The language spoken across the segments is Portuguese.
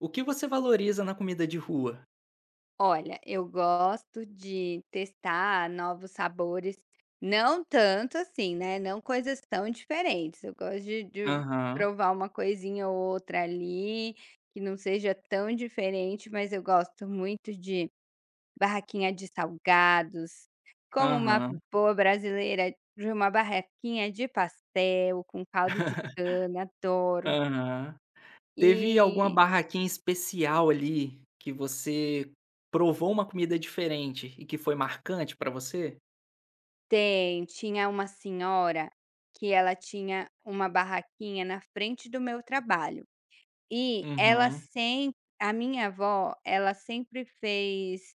O que você valoriza na comida de rua? Olha, eu gosto de testar novos sabores, não tanto assim, né, não coisas tão diferentes, eu gosto de Aham, provar uma coisinha ou outra ali, que não seja tão diferente, mas eu gosto muito de barraquinha de salgados, como uma aham, boa brasileira, de uma barraquinha de pastel com caldo de cana, adoro. aham. Teve alguma E barraquinha especial ali que você provou uma comida diferente e que foi marcante pra você? tem, tinha uma senhora que ela tinha uma barraquinha na frente do meu trabalho e ela Uhum, sempre a minha avó, ela sempre fez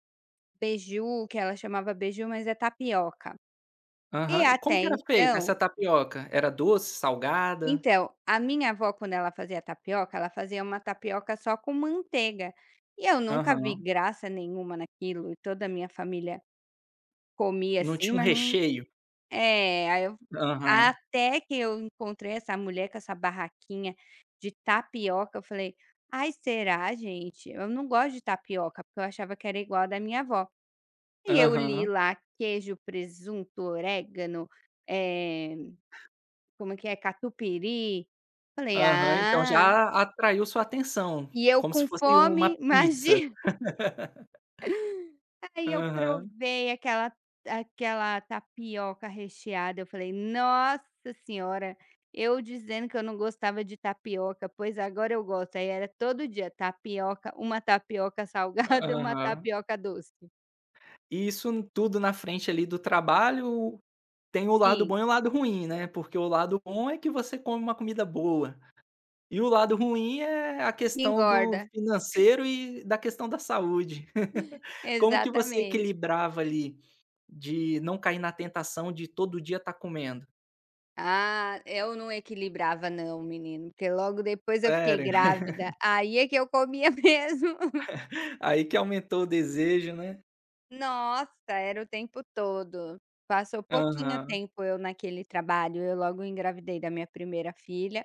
beiju, que ela chamava beiju, mas é tapioca. E aham. E como até que era feita essa tapioca? Era doce, salgada? A minha avó quando ela fazia tapioca, ela fazia uma tapioca só com manteiga, e eu nunca vi Aham. graça nenhuma naquilo e toda a minha família comia Não assim, tinha um mas não recheio? é, aí eu Aham, até que eu encontrei essa mulher com essa barraquinha de tapioca, eu falei: "Ai, será gente? Eu não gosto de tapioca", porque eu achava que era igual a da minha avó. E eu li aham, lá queijo, presunto, orégano, eh, como é que é, catupiry. Falei: aham. Então "Ah", já atraiu sua atenção, e eu como se com fosse uma fome, pizza. imagina. Aí eu Aham, provei aquela tapioca recheada, eu falei: "Nossa senhora, eu dizendo que eu não gostava de tapioca, pois agora eu gosto". Aí era todo dia tapioca, uma tapioca salgada e uma aham. tapioca doce. E isso n tudo na frente ali do trabalho tem o lado bom Sim, e o lado ruim, né, porque o lado bom é que você come uma comida boa, e o lado ruim é a que questão do engorda. financeiro e da questão da saúde. Como que você Exatamente. equilibrava ali, de não cair na tentação de todo dia estar comendo? Ah, eu não equilibrava não, menino, porque logo depois eu fiquei Sério? grávida, aí é que eu comia mesmo. Aí que aumentou o desejo, né? Nossa, era o tempo todo. Passou pouquinho Aham. tempo eu naquele trabalho, eu logo engravidei da minha primeira filha,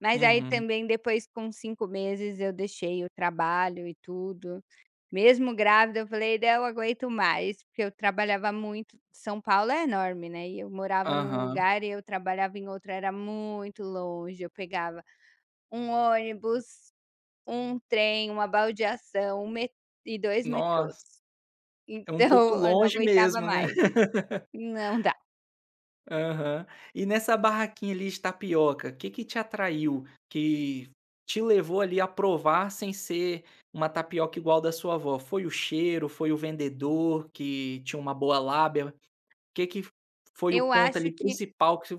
mas aí Uhum. também depois com 5 meses eu deixei o trabalho e tudo. Mesmo grávida eu falei: "Não eu aguento mais", porque eu trabalhava muito, São Paulo é enorme, né, e eu morava num Aham. lugar e eu trabalhava em outro, era muito longe, eu pegava um ônibus, um trem, uma baldeação, um me e dois metrôs. Nossa, é um pouco Então eu não longe aguentava mesmo, né? mais. Não dá. Aham. E nessa barraquinha ali de tapioca, o que que te atraiu? Que te levou ali a provar sem ser uma tapioca igual da sua avó? Foi o cheiro? Foi o vendedor que tinha uma boa lábia? O que que foi o Eu ponto acho ali que principal que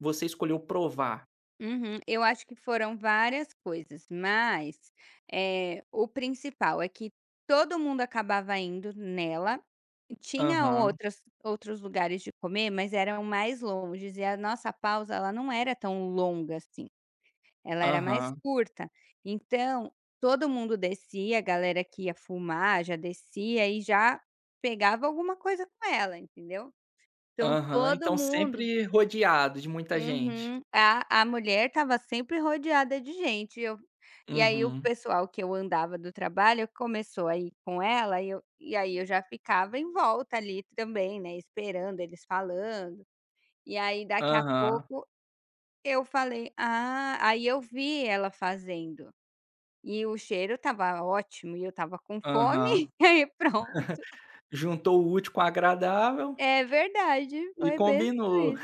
você escolheu provar? uhum, eu acho que foram várias coisas, mas, o principal é que todo mundo acabava indo nela. Tinha Aham, outras outros lugares de comer, mas eram mais longes e a nossa pausa, ela não era tão longa assim, ela era mais aham, curta. Então, todo mundo descia, a galera que ia fumar já descia e já pegava alguma coisa com ela, entendeu? Então aham. todo Então mundo. sempre rodeado de muita gente. Uhum. A mulher estava sempre rodeada de gente, eu e aí o Uhum. pessoal que eu andava do trabalho começou a ir com ela e aí eu já ficava em volta ali também, né, esperando eles falando. E aí daqui a Aham, pouco eu falei: "Ah", aí eu vi ela fazendo, e o cheiro estava ótimo e eu estava com aham. fome, e aí pronto. Juntou o útil com o agradável É verdade, e foi bem combinou. isso.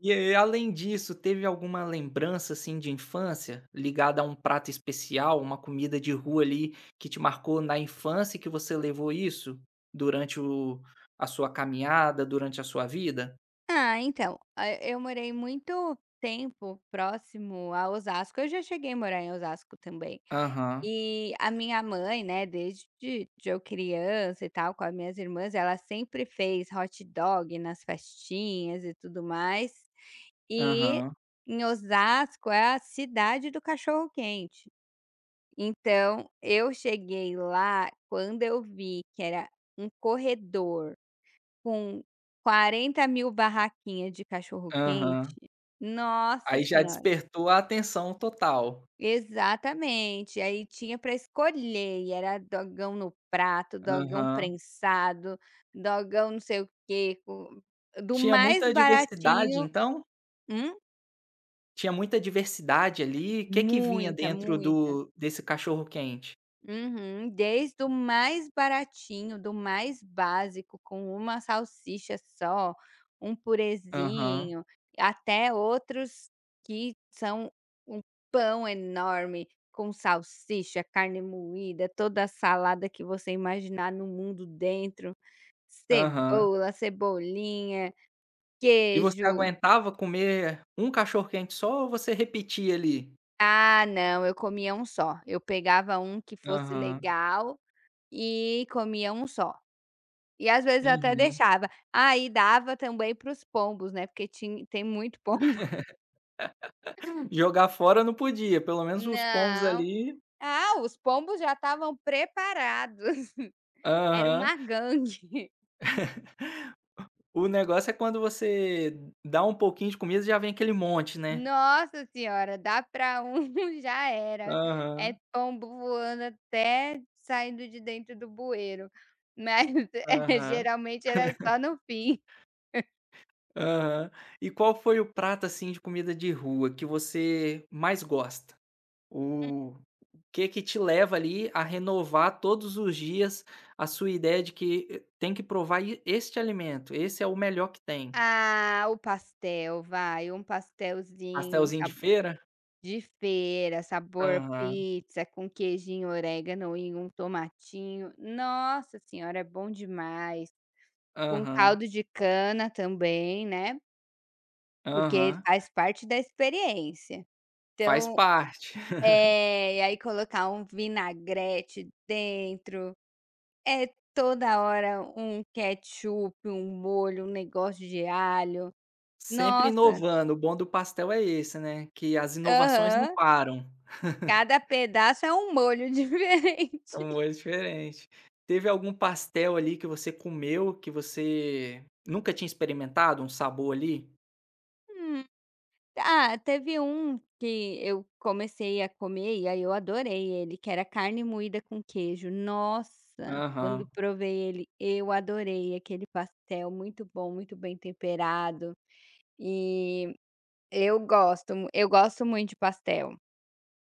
E além disso, teve alguma lembrança, assim, de infância, ligada a um prato especial, uma comida de rua ali, que te marcou na infância e que você levou isso durante o a sua caminhada, durante a sua vida? Ah, então, eu morei muito tempo próximo a Osasco, eu já cheguei a morar em Osasco também. Aham, E a minha mãe, né, desde de eu criança e tal, com as minhas irmãs, ela sempre fez hot dog nas festinhas e tudo mais. E aham, em Osasco é a cidade do cachorro quente. Então, eu cheguei lá quando eu vi que era um corredor com 40.000 barraquinhas de aham. cachorro-quente. Nossa Aí já senhora. despertou a atenção total. Exatamente. Aí tinha para escolher e era dogão no prato, dogão Aham. prensado, dogão não sei o quê, com do Tinha mais muita diversidade baratinho. então? Hum? Tinha muita diversidade ali? O que que vinha Muita, dentro muita. do desse cachorro quente? Uhum, desde o mais baratinho, do mais básico, com uma salsicha só, um Aham, purezinho, até outros que são um pão enorme com salsicha, carne moída, toda a salada que você imaginar no mundo dentro, aham. cebola, cebolinha, E você queijo. aguentava comer um cachorro-quente só ou você repetia ali? Ah, não, eu comia um só. Eu pegava um que fosse Aham. legal e comia um só. E às vezes eu até Uhum. deixava, aí dava também para os pombos, né, porque tinha tem muito pombo. Jogar fora não podia, pelo menos os pombos Não. ali Ah, os pombos já estavam preparados, era aham. uma gangue. O negócio é quando você dá um pouquinho de comida, já vem aquele monte, né. Nossa senhora, dá pra um, já era. É Aham, pombo voando até saindo de dentro do bueiro. Mas, aham, geralmente era só no fim. aham. E qual foi o prato, assim, de comida de rua que você mais gosta? O que que te leva ali a renovar todos os dias a sua ideia de que tem que provar e este alimento, esse é o melhor que tem. Ah, o pastel, vai, um pastelzinho Pastelzinho de sabo feira? De feira, sabor Aham, pizza com queijinho, orégano e um tomatinho. Nossa senhora, é bom demais. Com aham, caldo de cana também, né, porque aham. faz parte da experiência. Faz Então parte. é, e aí colocar um vinagrete dentro, é toda hora um ketchup, um molho, um negócio de alho. Sempre Nossa, inovando, o bom do pastel é esse, né, que as inovações não aham, param. cada pedaço é um molho É um diferente. molho diferente. Teve algum pastel ali que você comeu que você nunca tinha experimentado, um sabor ali? Ah, teve um que eu comecei a comer e aí eu adorei ele, que era carne moída com queijo. Nossa, quando Aham. provei ele, eu adorei aquele pastel, muito bom, muito bem temperado. E eu gosto muito de pastel.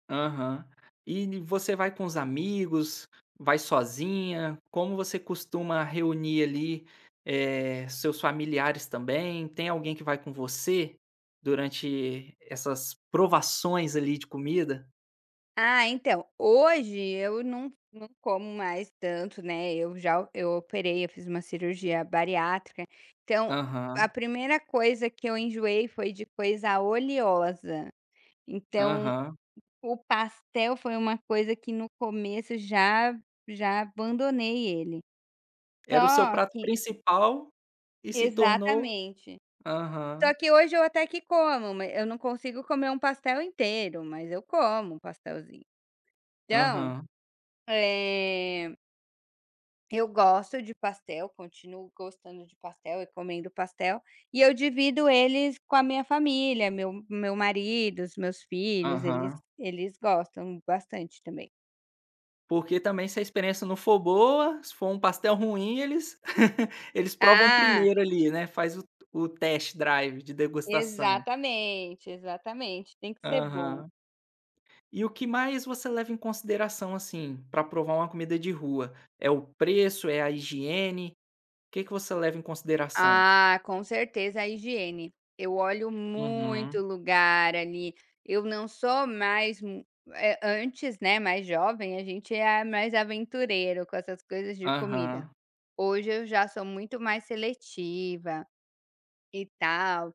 Aham. E você vai com os amigos, vai sozinha? Como você costuma reunir ali, seus familiares também? Tem alguém que vai com você durante essas provações ali de comida? Ah, então, hoje eu não, não como mais tanto, né? Eu já o- eu operei, eu fiz uma cirurgia bariátrica. Então, a Aham, primeira coisa que eu enjoei foi de coisa oleosa. Então, aham. o pastel foi uma coisa que no começo já abandonei ele. Era o seu Só prato que principal e se tornou exatamente. Só aham, que hoje eu até que como, ma eu não consigo comer um pastel inteiro, mas eu como um pastelzinho. Então, aham, eh, eu gosto de pastel, continuo gostando de pastel e comendo pastel, e eu divido eles com a minha família, meu marido, os meus filhos, eles aham. eles gostam bastante também. Porque também se a experiência não for boa, se for um pastel ruim, eles eles provam Ah. primeiro ali, né, faz o test drive de degustação. Exatamente, exatamente, tem que ser bom. Aham. E o que mais você leva em consideração, assim, para provar uma comida de rua? É o preço, é a higiene? O que que você leva em consideração? Ah, com certeza a higiene. Eu olho muito Uhum. lugar ali, eu não sou mais mu eh, antes, né, mais jovem, a gente é mais aventureiro com essas coisas de comida. Aham. Hoje eu já sou muito mais seletiva e tal.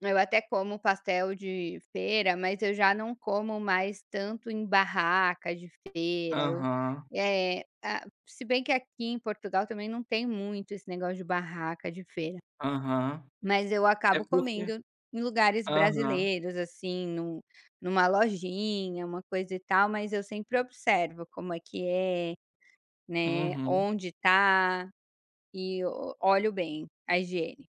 Eu até como pastel de feira, mas eu já não como mais tanto em barraca de feira, Aham. Se bem que aqui em Portugal também não tem muito esse negócio de barraca de feira, Aham. mas eu É acabo porque comendo em lugares aham. brasileiros, assim, numa lojinha, uma coisa e tal, mas eu sempre observo como é que é, né, Uhum. onde tá e o olho bem a higiene.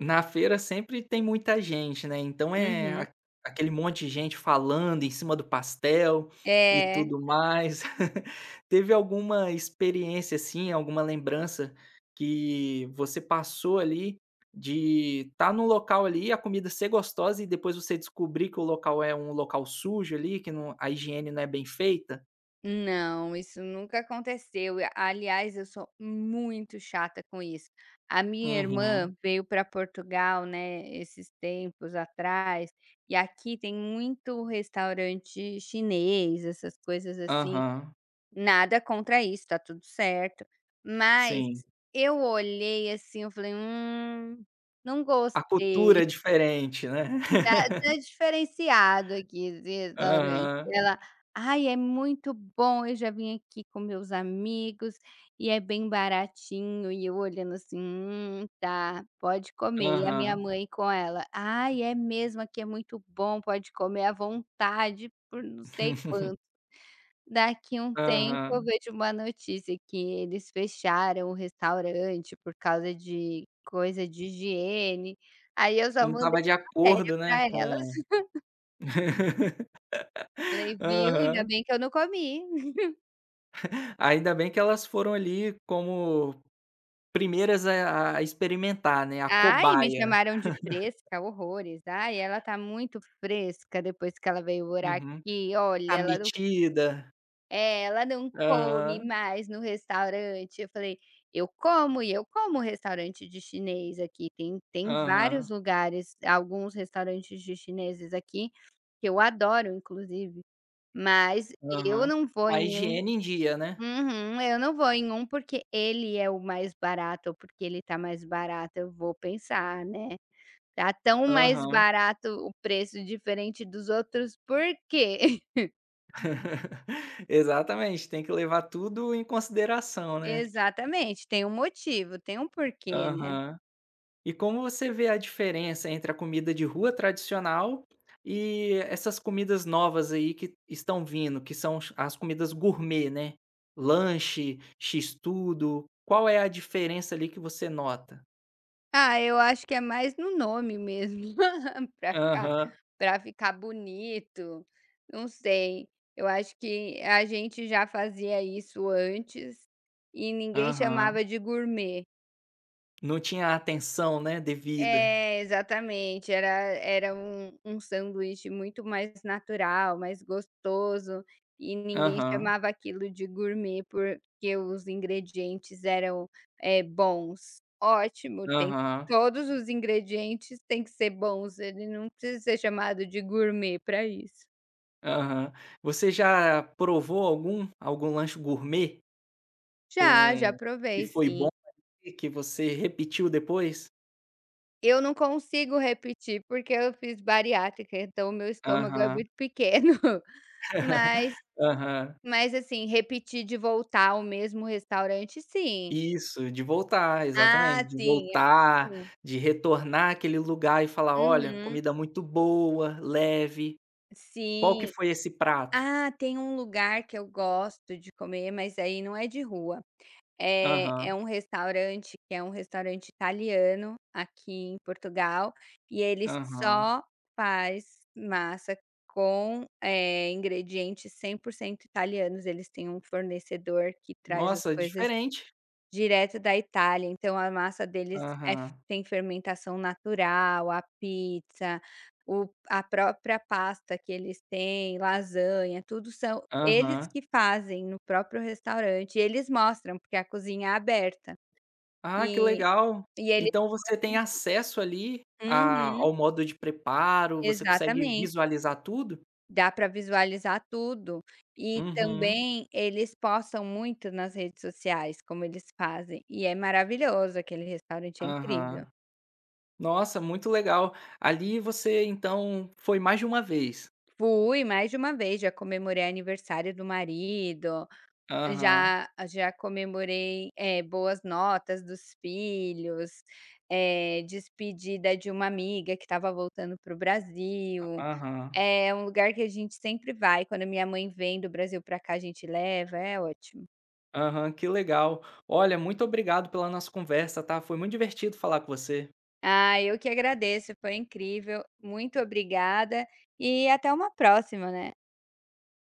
Na feira sempre tem muita gente, né, então é Uhum. a aquele monte de gente falando em cima do pastel e É. tudo mais. Teve alguma experiência, assim, alguma lembrança que você passou ali de estar tá num local ali, a comida ser gostosa e depois você descobrir que o local é um local sujo ali, que a higiene não é bem feita? Não, isso nunca aconteceu. E aliás, eu sou muito chata com isso. A minha Uhum. irmã veio para Portugal, né, esses tempos atrás, e aqui tem muito restaurante chinês, essas coisas assim. Aham. Nada contra isso, tá tudo certo. Mas Sim. eu olhei assim, eu falei: não A gostei." cultura é diferente, né. Tá tá diferenciado aqui esse restaurante. Ela: "Ai, é muito bom, eu já vim aqui com meus amigos e é bem baratinho", e eu olhando assim: tá, pode comer". Aham, E a minha aham. mãe com ela: "Ai, é mesmo, aqui é muito bom, pode comer à vontade por não sei quanto". Daqui um tempo eu Aham. vejo uma notícia que eles fecharam o restaurante por causa de coisa de higiene, aí eu só Não mandei estava de matéria acordo, né, para ela. com Falei: "Viu, ainda aham. bem que eu não comi". Ainda bem que elas foram ali como primeiras a experimentar, né, a Ai, me cobaia. chamaram de fresca, horrores. "Ai, ela tá muito fresca depois que ela veio morar Uhum. aqui. Olha, A ela não metida. é, ela não come Aham, mais no restaurante". Eu falei: "Eu como e eu como restaurante de chinês aqui. Tem vários aham, lugares, alguns restaurantes de chineses aqui que eu adoro inclusive, mas eu aham. não vou Com a em um. higiene em dia, né. Uhum. Eu não vou em um porque ele é o mais barato ou porque ele tá mais barato, eu vou pensar, né: 'Tá tão, hum, mais Aham. barato o preço diferente dos outros, por quê?'" Exatamente, tem que levar tudo em consideração, né. Exatamente, tem um motivo, tem um porquê, né. Aham. E como você vê a diferença entre a comida de rua tradicional e essas comidas novas aí que estão vindo, que são ch as comidas gourmet, né, lanche, x-tudo, qual é a diferença ali que você nota? Ah, eu acho que é mais no nome mesmo, para ficar Aham, para ficar bonito, não sei. Eu acho que a gente já fazia isso antes e ninguém aham. chamava de gourmet. Não tinha a atenção, né, devida. É, exatamente, era um sanduíche muito mais natural, mais gostoso, e ninguém Aham, chamava aquilo de gourmet, porque os ingredientes eram, bons. Ótimo, tem aham, todos os ingredientes têm que ser bons, ele não precisa ser chamado de gourmet para isso. aham. Você já provou algum lanche gourmet Já, já com que provei foi sim. bom e que você repetiu depois? Eu não consigo repetir, porque eu fiz bariátrica, então o meu estômago é Aham. muito pequeno, mas Aham. Mas assim, repetir de voltar ao mesmo restaurante, sim. Isso, de voltar, exatamente, Ah, de sim, voltar, sim. de retornar àquele lugar e falar: "Olha, Uhum. comida muito boa, leve. Qual que Sim. foi esse prato?" Ah, tem um lugar que eu gosto de comer, mas aí não é de rua. É Aham, um restaurante que é um restaurante italiano aqui em Portugal, e ele aham. só faz massa com, ingredientes 100% italianos. Eles têm um fornecedor que traz as Nossa, coisas diferente. direto da Itália, então a massa deles é f Aham, tem fermentação natural, a pizza, o a própria pasta que eles têm, lasanha, tudo são eles aham. que fazem no próprio restaurante e eles mostram, porque a cozinha é aberta. Ah, que E legal. e eles Então você tem mostram. acesso ali a Uhum, ao modo de preparo, você consegue exatamente. visualizar tudo? Dá para visualizar tudo. E Uhum, também eles postam muito nas redes sociais como eles fazem, e é maravilhoso, aquele restaurante é incrível. aham. Nossa, muito legal. Ali você então foi mais de uma vez? Fui mais de uma vez, já comemorei aniversário do marido, Aham, já comemorei, boas notas dos filhos, despedida de uma amiga que estava voltando para o Brasil. aham, É um lugar que a gente sempre vai, quando minha mãe vem do Brasil para cá, a gente leva, é ótimo. aham, que legal. Olha, muito obrigado pela nossa conversa, tá? Foi muito divertido falar com você. Ah, eu que agradeço, foi incrível, muito obrigada e até uma próxima, né.